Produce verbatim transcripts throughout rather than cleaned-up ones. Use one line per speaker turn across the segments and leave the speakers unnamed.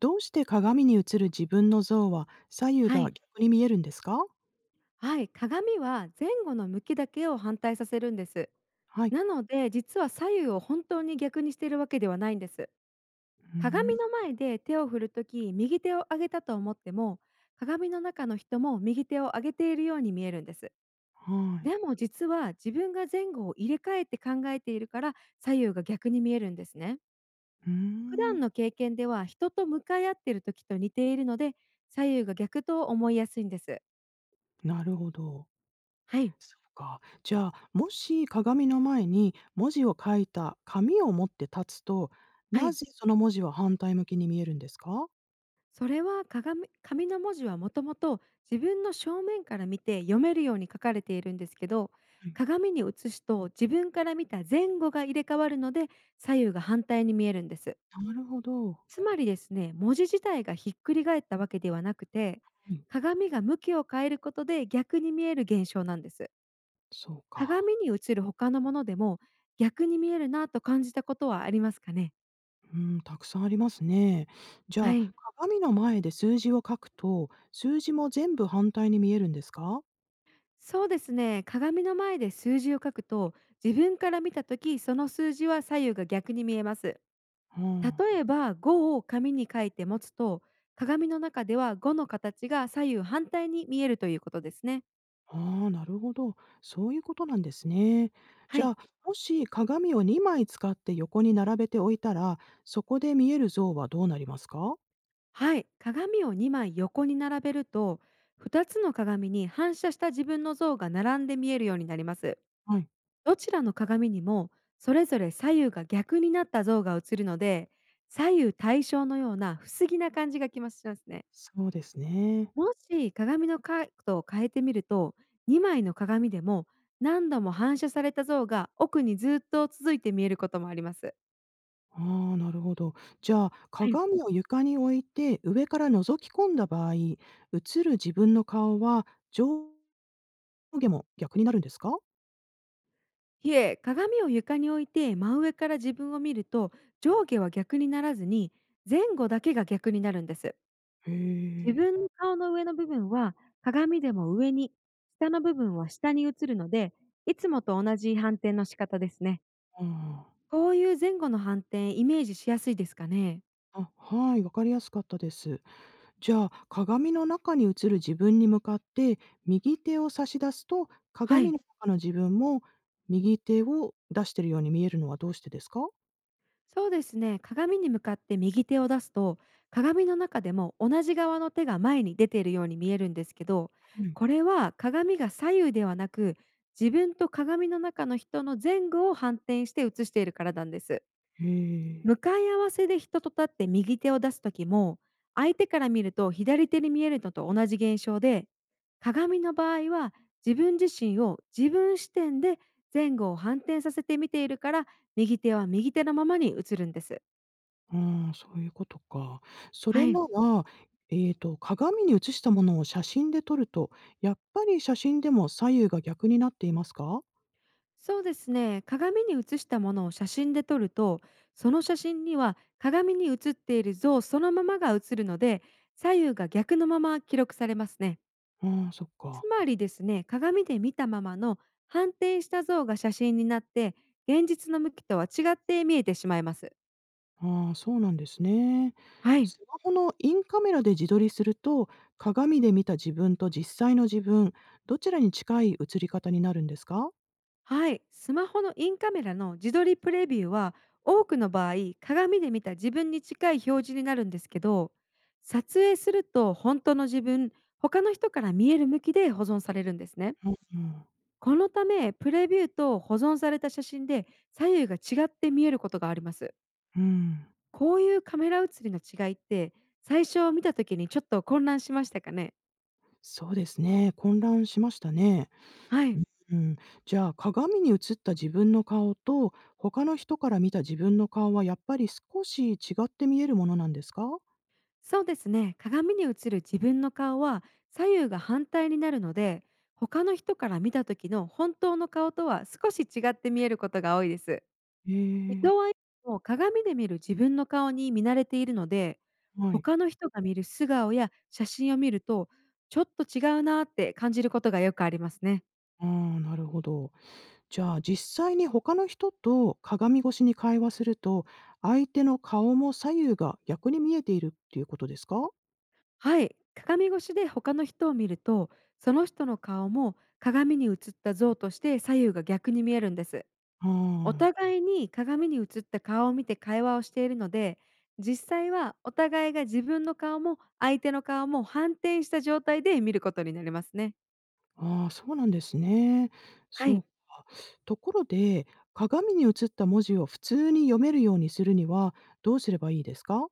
どうして鏡に映る自分の像は左右
は
が
い、
逆に見えるんですか？
はい、鏡は前後の向きだけを反対させるんです。
はい。
なので実は左右を本当に逆にしているわけではないんです。
うーん、
鏡の前で手を振るとき右手を上げたと思っても、鏡の中の人も右手を上げているように見えるんです。
はい。
でも実は自分が前後を入れ替えて考えているから、左右が逆に見えるんですね。
うー
普
ん、
段の経験では人と向かい合っている時と似ているので、左右が逆と思いやすいんです。
なるほど。
はい、
そうか。じゃあ、もし鏡の前に文字を書いた紙を持って立つと、
は
な
い。
ぜその文字は反対向きに見えるんですか？
それは鏡紙の文字はもともと自分の正面から見て読めるように書かれているんですけど、
はい、
鏡に映すと自分から見た前後が入れ替わるので、左右が反対に見えるんです。
なるほど。
つまりですね、文字自体がひっくり返ったわけではなくて、
はい、
鏡が向きを変えることで逆に見える現象なんです。
そうか。
鏡に映る他のものでも逆に見えるなと感じたことはありますかね。
うん、たくさんありますね。じゃ
は
あ、
い、
鏡の前で数字を書くと、数字も全部反対に見えるんですか？
そうですね。鏡の前で数字を書くと、自分から見たとき、その数字は左右が逆に見えます。
うん。
例えば、ごを紙に書いて持つと、鏡の中ではごの形が左右反対に見えるということですね。
ああ、なるほど。そういうことなんですね。
は
じゃ
い。
あ、もし鏡をにまい使って横に並べておいたら、そこで見える像はどうなりますか？
はい。鏡をにまい横に並べると、ふたつの鏡に反射した自分の像が並んで見えるようになります。
はい。
どちらの鏡にも、それぞれ左右が逆になった像が映るので、左右対称のような不思議な感じがきますね。
そうですね。
もし鏡の角度を変えてみると、にまいの鏡でも何度も反射された像が奥にずっと続いて見えることもあります。
ああ、なるほど。じゃあ、
はい。
鏡を床に置いて上から覗き込んだ場合、映る自分の顔は上下も逆になるんですか？
いえ、鏡を床に置いて真上から自分を見ると、上下は逆にならずに前後だけが逆になるんです。
へ
自
え。
分の顔の上の部分は鏡でも上に、下の部分は下に映るので、いつもと同じ反転の仕方ですね。
ああ。
こういう前後の反転イメージしやすいですかね。
あ、はい、わかりやすかったです。じゃあ、鏡の中に映る自分に向かって右手を差し出すと、
は
鏡
い。
の中の自分も右手を出してるように見えるのはどうしてですか？
そうですね。鏡に向かって右手を出すと、鏡の中でも同じ側の手が前に出ているように見えるんですけど、
うん。
これは鏡が左右ではなく、自分と鏡の中の人の前後を反転して映しているからなんです。
へえ、
向かい合わせで人と立って右手を出す時も、相手から見ると左手に見えるのと同じ現象で、鏡の場合は自分自身を自分視点で前後を反転させて見ているから、右手は右手のままに映るんです。
うん、そういうことか。そ
は
れな
い。
ら、えっと、鏡に映したものを写真で撮ると、やっぱり写真でも左右が逆になっていますか？
そうですね。鏡に映したものを写真で撮ると、その写真には鏡に映っている像そのままが映るので、左右が逆のまま記録されますね。
うん、そっか。
つまりですね、鏡で見たままの反転した像が写真になって、現実の向きとは違って見えてしまいます。
ああ、そうなんですね。
はい。
スマホのインカメラで自撮りすると、鏡で見た自分と実際の自分、どちらに近い映り方になるんですか？
はい、スマホのインカメラの自撮りプレビューは多くの場合鏡で見た自分に近い表示になるんですけど、撮影すると本当の自分、他の人から見える向きで保存されるんですね。
うん、
このためプレビューと保存された写真で左右が違って見えることがあります。
うん、
こういうカメラ写りの違いって最初見た時にちょっと混乱しましたかね。
そうですね、混乱しましたね。
はい、
うん、じゃあ鏡に映った自分の顔と、他の人から見た自分の顔はやっぱり少し違って見えるものなんですか？
そうですね。鏡に映る自分の顔は左右が反対になるので、他の人から見た時の本当の顔とは少し違って見えることが多いです。
へえ、
人はいつも鏡で見る自分の顔に見慣れているので、
はい、
他の人が見る素顔や写真を見ると、ちょっと違うなーって感じることがよくありますね。
ああ、なるほど。じゃあ実際に他の人と鏡越しに会話すると、相手の顔も左右が逆に見えているっていうことですか？
はい。鏡越しで他の人を見ると、その人の顔も鏡に映った像として左右が逆に見えるんです。お
あ
互いに鏡に映った顔を見て会話をしているので、実際はお互いが自分の顔も相手の顔も反転した状態で見ることになりますね。
あ、ああ、そうなんですね。
は
そう
い。
か。ところで、鏡に映った文字を普通に読めるようにするにはどうすればいいですか？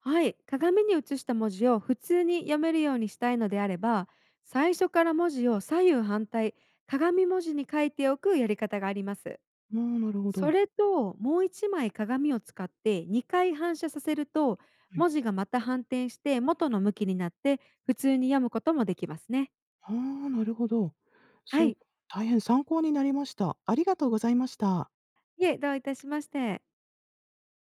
はい、鏡に映した文字を普通に読めるようにしたいのであれば、最初から文字を左右反対、鏡文字に書いておくやり方があります。
ああ、なるほ
そ
ど。
れと、もう一枚鏡を使ってにかい反射させると、
はい。
文字がまた反転して元の向きになって普通に読むこともできますね。
ああ、なるほど。
は
そうか、
い、
大変参考になりました。ありがとうございました。
いえ、どういたしまして。